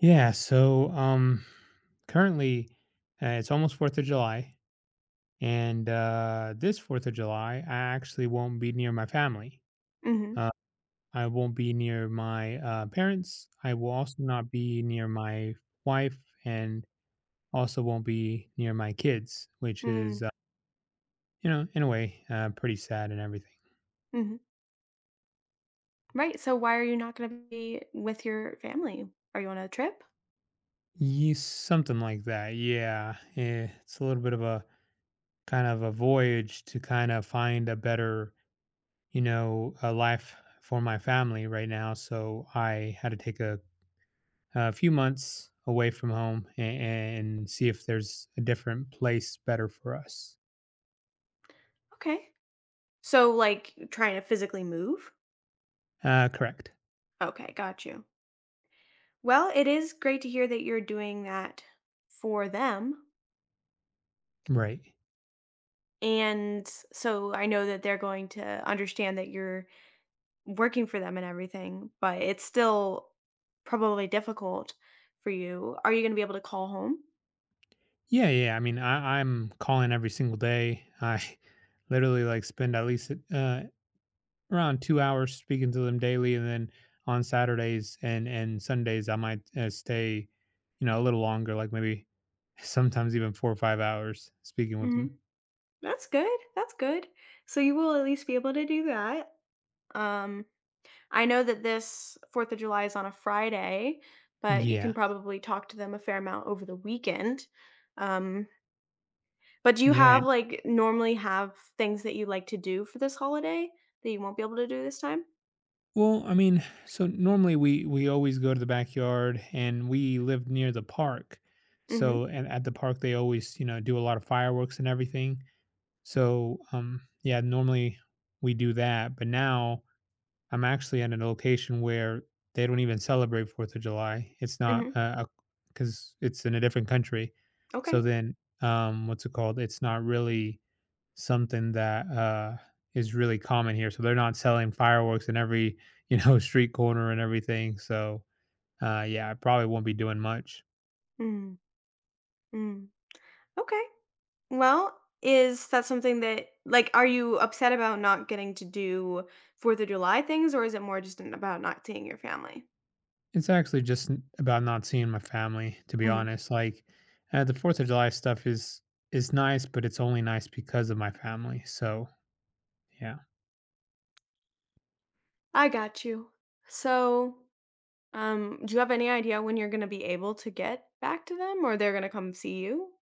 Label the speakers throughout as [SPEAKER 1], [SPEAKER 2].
[SPEAKER 1] Yeah, so currently, it's almost 4th of July, and this 4th of July I actually won't be near my family.
[SPEAKER 2] Mhm.
[SPEAKER 1] Uh I won't be near my parents. I will also not be near my wife and also won't be near my kids, which
[SPEAKER 2] Mm,
[SPEAKER 1] is, in a way, pretty sad and everything.
[SPEAKER 2] mhm. Right, so why are you not gonna be with your family? Are you on a trip?
[SPEAKER 1] Yeah, something like that. Yeah. It's a little bit of a kind of a voyage to kind of find a better, a life for my family right now. So I had to take a few months away from home, and see if there's a different place better for us.
[SPEAKER 2] Okay. So, like, trying to physically move?
[SPEAKER 1] Correct.
[SPEAKER 2] Okay, got you. Well, it is great to hear that you're doing that for them,
[SPEAKER 1] Right.
[SPEAKER 2] and so I know that they're going to understand that you're working for them and everything, but it's still probably difficult for you. Are you gonna be able to call home?
[SPEAKER 1] Yeah, yeah. I mean, I'm calling every single day. I literally like spend at least, around 2 hours speaking to them daily, and then on Saturdays and Sundays, I might, stay, you know, a little longer, like maybe sometimes even 4 or 5 hours speaking with them.
[SPEAKER 2] Mhm. That's good, that's good. So you will at least be able to do that. um I know that this 4th of July is on a Friday, but you can
[SPEAKER 1] Yeah,
[SPEAKER 2] probably talk to them a fair amount over the weekend. Um, but do you
[SPEAKER 1] yeah,
[SPEAKER 2] have,
[SPEAKER 1] and
[SPEAKER 2] like, normally have things that you like to do for this holiday that you won't be able to do this time?
[SPEAKER 1] well, I mean, so normally we always go to the backyard, and we lived near the park.
[SPEAKER 2] Mhm,
[SPEAKER 1] So and at the park they always, you know, do a lot of fireworks and everything. So yeah, normally we do that, but now I'm actually at a location where they don't even celebrate 4th of July. It's not,
[SPEAKER 2] mhm,
[SPEAKER 1] cuz it's in a different country.
[SPEAKER 2] okay.
[SPEAKER 1] So then, what's it called? It's not really something that is really common here. So they're not selling fireworks in every, street corner and everything. So, yeah, I probably won't be doing much.
[SPEAKER 2] Mm, mm, okay. Well, is that something that, like, are you upset about not getting to do 4th of July things, or is it more just about not seeing your family?
[SPEAKER 1] It's actually just about not seeing my family, to be
[SPEAKER 2] Mhm.
[SPEAKER 1] honest. Like, the Fourth of July stuff is nice, but it's only nice because of my family. So, yeah.
[SPEAKER 2] I got you. So do you have any idea when you're gonna be able to get back to them or they're gonna come see you?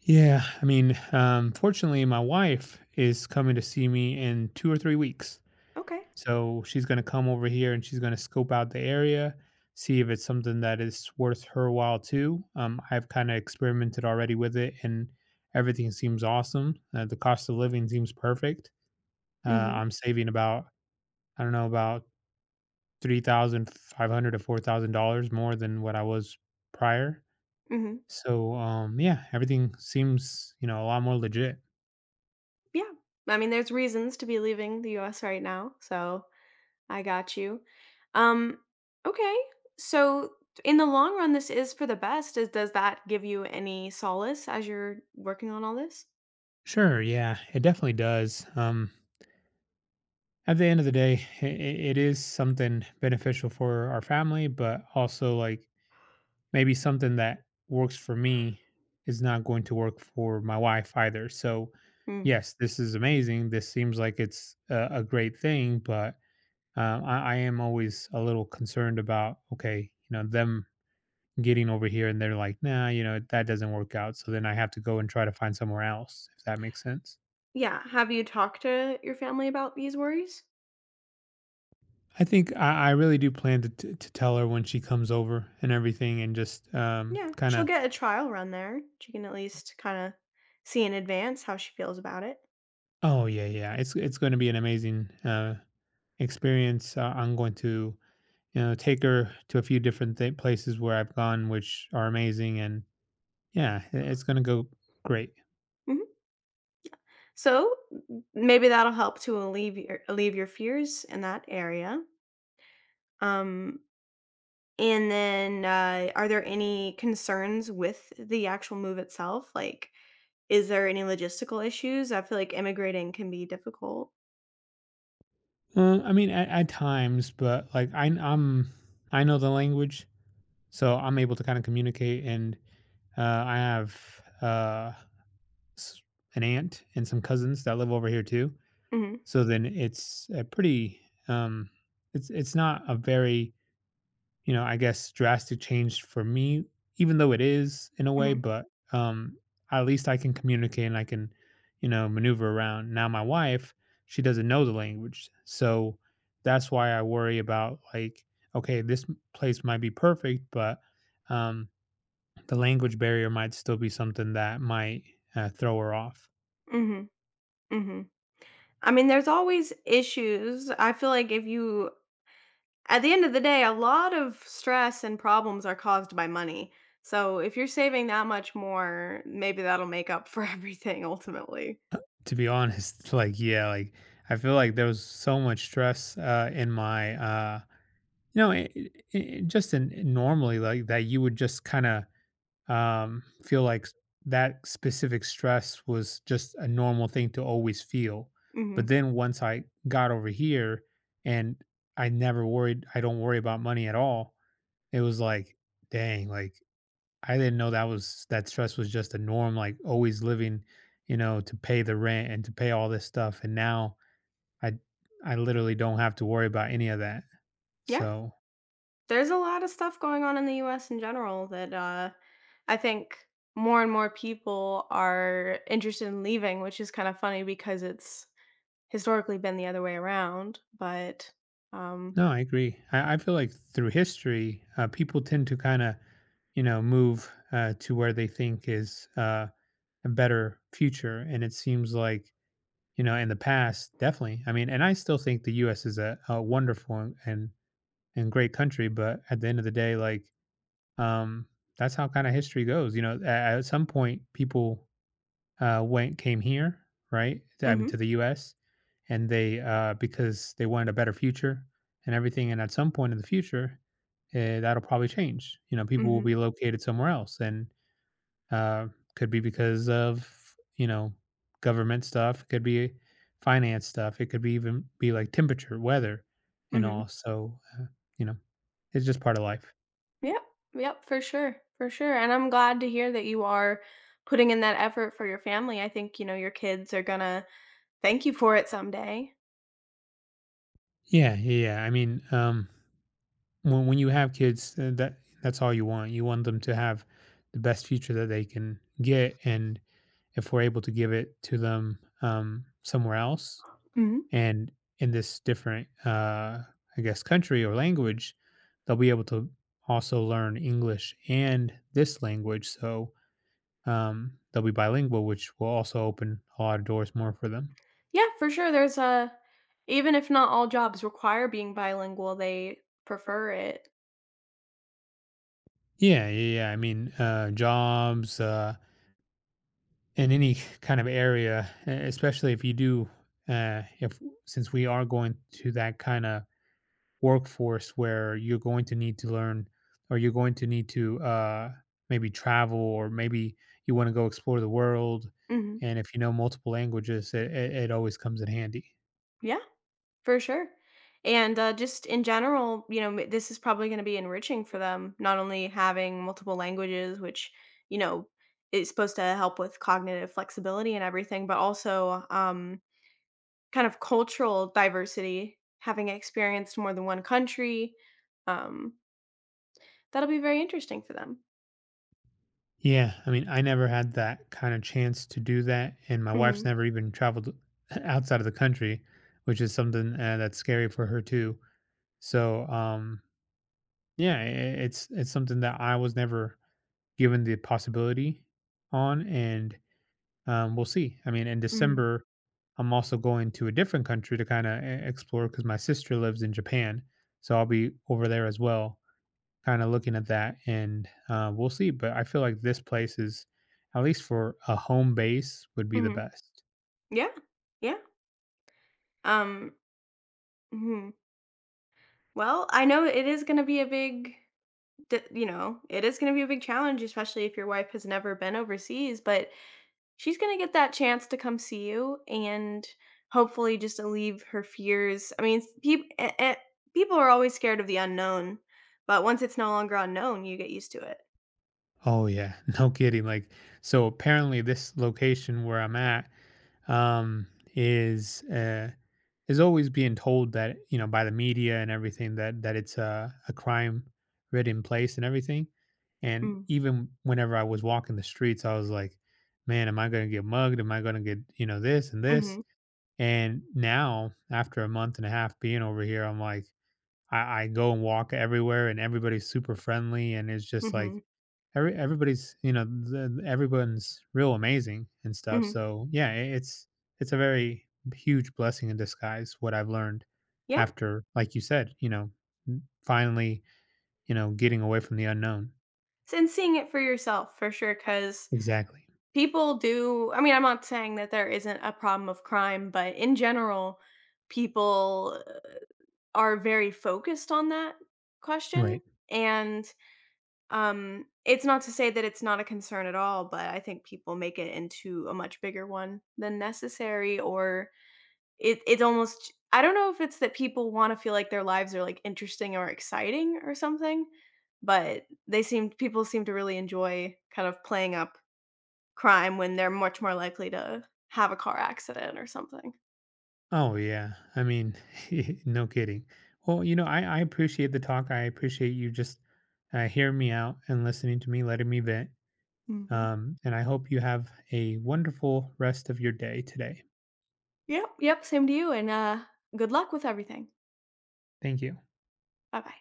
[SPEAKER 1] Yeah, I mean, fortunately, my wife is coming to see me in 2 or 3 weeks.
[SPEAKER 2] Okay.
[SPEAKER 1] So she's gonna come over here and she's gonna scope out the area, see if it's something that is worth her while too. I've kind of experimented already with it, and everything seems awesome. The cost of living seems perfect.
[SPEAKER 2] Mhm.
[SPEAKER 1] I'm saving about, I don't know, about $3,500 to $4,000 more than what I was prior.
[SPEAKER 2] Mhm.
[SPEAKER 1] So, yeah, everything seems, you know, a lot more legit.
[SPEAKER 2] Yeah. I mean, there's reasons to be leaving the US right now, so I got you. Um, okay. So in the long run, this is for the best. Is Does that give you any solace as you're working on all this?
[SPEAKER 1] Sure, yeah, it definitely does. At the end of the day, I it is something beneficial for our family, but also like maybe something that works for me is not going to work for my wife either. So,
[SPEAKER 2] Mm.
[SPEAKER 1] yes, this is amazing. This seems like it's a great thing, but I am always a little concerned about, okay, you know, them getting over here, and they're like, nah, you know, that doesn't work out. So then I have to go and try to find somewhere else, if that makes sense.
[SPEAKER 2] Yeah. Have you talked to your family about these worries?
[SPEAKER 1] I think I really do plan to tell her when she comes over and everything, and just,
[SPEAKER 2] Yeah.
[SPEAKER 1] kind
[SPEAKER 2] She'll
[SPEAKER 1] of,
[SPEAKER 2] get a trial run there. She can at least kind of see in advance how she feels about it.
[SPEAKER 1] oh yeah, yeah, it's going to be an amazing, experience. I'm going to, you know, take her to a few different places where I've gone, which are amazing, and yeah, it's going to go great.
[SPEAKER 2] Mhm. So maybe that'll help to alleviate your fears in that area. Um, and then, are there any concerns with the actual move itself? Like, is there any logistical issues? I feel like immigrating can be difficult.
[SPEAKER 1] I mean, at times, but like I know the language, so I'm able to kind of communicate, and, I have, s- an aunt and some cousins that live over here too.
[SPEAKER 2] Hmm.
[SPEAKER 1] So then um it's not a very, you know, I guess drastic change for me, even though it is in a way.
[SPEAKER 2] Hmm.
[SPEAKER 1] But um at least I can communicate, and I can, you know, maneuver around. Now my wife, she doesn't know the language. So that's why I worry about like, okay, this place might be perfect, but um the language barrier might still be something that might, throw her off.
[SPEAKER 2] Hmm. Hmm. I mean, there's always issues. I feel like if you, at the end of the day, a lot of stress and problems are caused by money. So if you're saving that much more, maybe that'll make up for everything ultimately.
[SPEAKER 1] To be honest, like, yeah, like, I feel like there was so much stress, in my, you know, just in normally like that, you would just kind of, feel like that specific stress was just a normal thing to always feel. But
[SPEAKER 2] Mhm.
[SPEAKER 1] then once I got over here, and I never worried I don't worry about money at all. It was like, dang, like, I didn't know that was that stress was just a norm, like always living, you know, to pay the rent and to pay all this stuff. And now I I literally don't have to worry about any of that.
[SPEAKER 2] Yeah.
[SPEAKER 1] So,
[SPEAKER 2] There's a lot of stuff going on in the US in general that I think more and more people are interested in leaving, which is kind of funny because it's historically been the other way around. But um,
[SPEAKER 1] no, I agree. I feel like through history, people tend to kind of, you know, move, to where they think is, a better future. And it seems like, you know, in the past, definitely. I mean, and I still think the U.S. is a wonderful and great country, but at the end of the day, like, Um, that's how kinda history goes, you know, a at some point, people, went came here, right? I mean, to
[SPEAKER 2] mhm,
[SPEAKER 1] the U.S., and they, because they wanted a better future and everything, and at some point in the future, that'll probably change. You know, people will
[SPEAKER 2] mhm,
[SPEAKER 1] be located somewhere else, and, uh, could be because of, you know, government stuff, could be finance stuff, it could be even be like temperature, weather, and all,
[SPEAKER 2] mhm.
[SPEAKER 1] so, you know, it's just part of life.
[SPEAKER 2] Yep, yep, for sure, for sure. And I'm glad to hear that you are putting in that effort for your family. I think you know your kids are gonna thank you for it someday.
[SPEAKER 1] Yeah, yeah, yeah. I mean, when you have kids, that's all you want. You want them to have the best future that they can get, and if we're able to give it to them, somewhere else,
[SPEAKER 2] Mhm.
[SPEAKER 1] and in this different, I guess, country or language, they'll be able to also learn English and this language. So, they'll be bilingual, which will also open a lot of doors more for them.
[SPEAKER 2] Yeah, for sure. There's a, even if not all jobs require being bilingual, they prefer it.
[SPEAKER 1] Yeah, yeah, yeah. I mean, jobs. In any kind of area, especially if you do, if since we are going to that kind of workforce where you're going to need to learn, or you're going to need to, maybe travel, or maybe you want to go explore the world.
[SPEAKER 2] Mhm.
[SPEAKER 1] And if you know multiple languages, it always comes in handy.
[SPEAKER 2] Yeah, for sure. And just in general, you know, this is probably going to be enriching for them, not only having multiple languages, which, you know, is supposed to help with cognitive flexibility and everything, but also kind of cultural diversity, having experienced more than one country. Um, That'll be very interesting for them.
[SPEAKER 1] Yeah, I mean, I never had that kind of chance to do that, and my wife's
[SPEAKER 2] Hmm.
[SPEAKER 1] never even traveled outside of the country, which is something, that's scary for her too. So, yeah, it's something that I was never given the possibility on, and we'll see. I mean, in
[SPEAKER 2] Hmm.
[SPEAKER 1] December, I'm also going to a different country to kind of explore, because my sister lives in Japan, so I'll be over there as well, kind of looking at that, and, we'll see. But I feel like this place is, at least for a home base, would be the
[SPEAKER 2] Hmm.
[SPEAKER 1] best.
[SPEAKER 2] Yeah. Yeah. Um, mhm. Well, I know it is gonna be a big d you know, it is gonna be a big challenge, especially if your wife has never been overseas, but she's gonna get that chance to come see you and hopefully just alleviate her fears. I mean, people are always scared of the unknown, but once it's no longer unknown, you get used to it.
[SPEAKER 1] Oh yeah, no kidding. Like, so apparently this location where I'm at, um, is. Uh, is always being told, that you know, by the media and everything, that it's a crime ridden place and everything. And
[SPEAKER 2] Mm.
[SPEAKER 1] even whenever I was walking the streets, I was like, man, am I going to get mugged, am I going to get, you know, this and this?
[SPEAKER 2] Mhm.
[SPEAKER 1] And now after a month and a half being over here, I'm like, I go and walk everywhere, and everybody's super friendly, and it's just like,
[SPEAKER 2] Mhm.
[SPEAKER 1] everybody's, you know, everyone's real amazing and stuff.
[SPEAKER 2] Mhm.
[SPEAKER 1] So yeah, it's a very huge blessing in disguise, what I've learned
[SPEAKER 2] Yeah.
[SPEAKER 1] after, like you said, you know, finally, you know, getting away from the unknown.
[SPEAKER 2] S And seeing it for yourself for sure, because.
[SPEAKER 1] Exactly.
[SPEAKER 2] People do, I mean, I'm not saying that there isn't a problem of crime, but in general, people are very focused on that question,
[SPEAKER 1] Right.
[SPEAKER 2] and it's not to say that it's not a concern at all, but I think people make it into a much bigger one than necessary, or it it's almost, I don't know if it's that people wanna feel like their lives are, like, interesting or exciting or something, but they seem, people seem to really enjoy kind of playing up crime when they're much more likely to have a car accident or something.
[SPEAKER 1] Oh yeah, I mean, no kidding. Well, you know, I appreciate the talk, I appreciate you just, hearing me out and listening to me, letting me vent.
[SPEAKER 2] Mhm.
[SPEAKER 1] And I hope you have a wonderful rest of your day today.
[SPEAKER 2] Yep, yep, same to you, and, good luck with everything.
[SPEAKER 1] Thank you.
[SPEAKER 2] Bye-bye.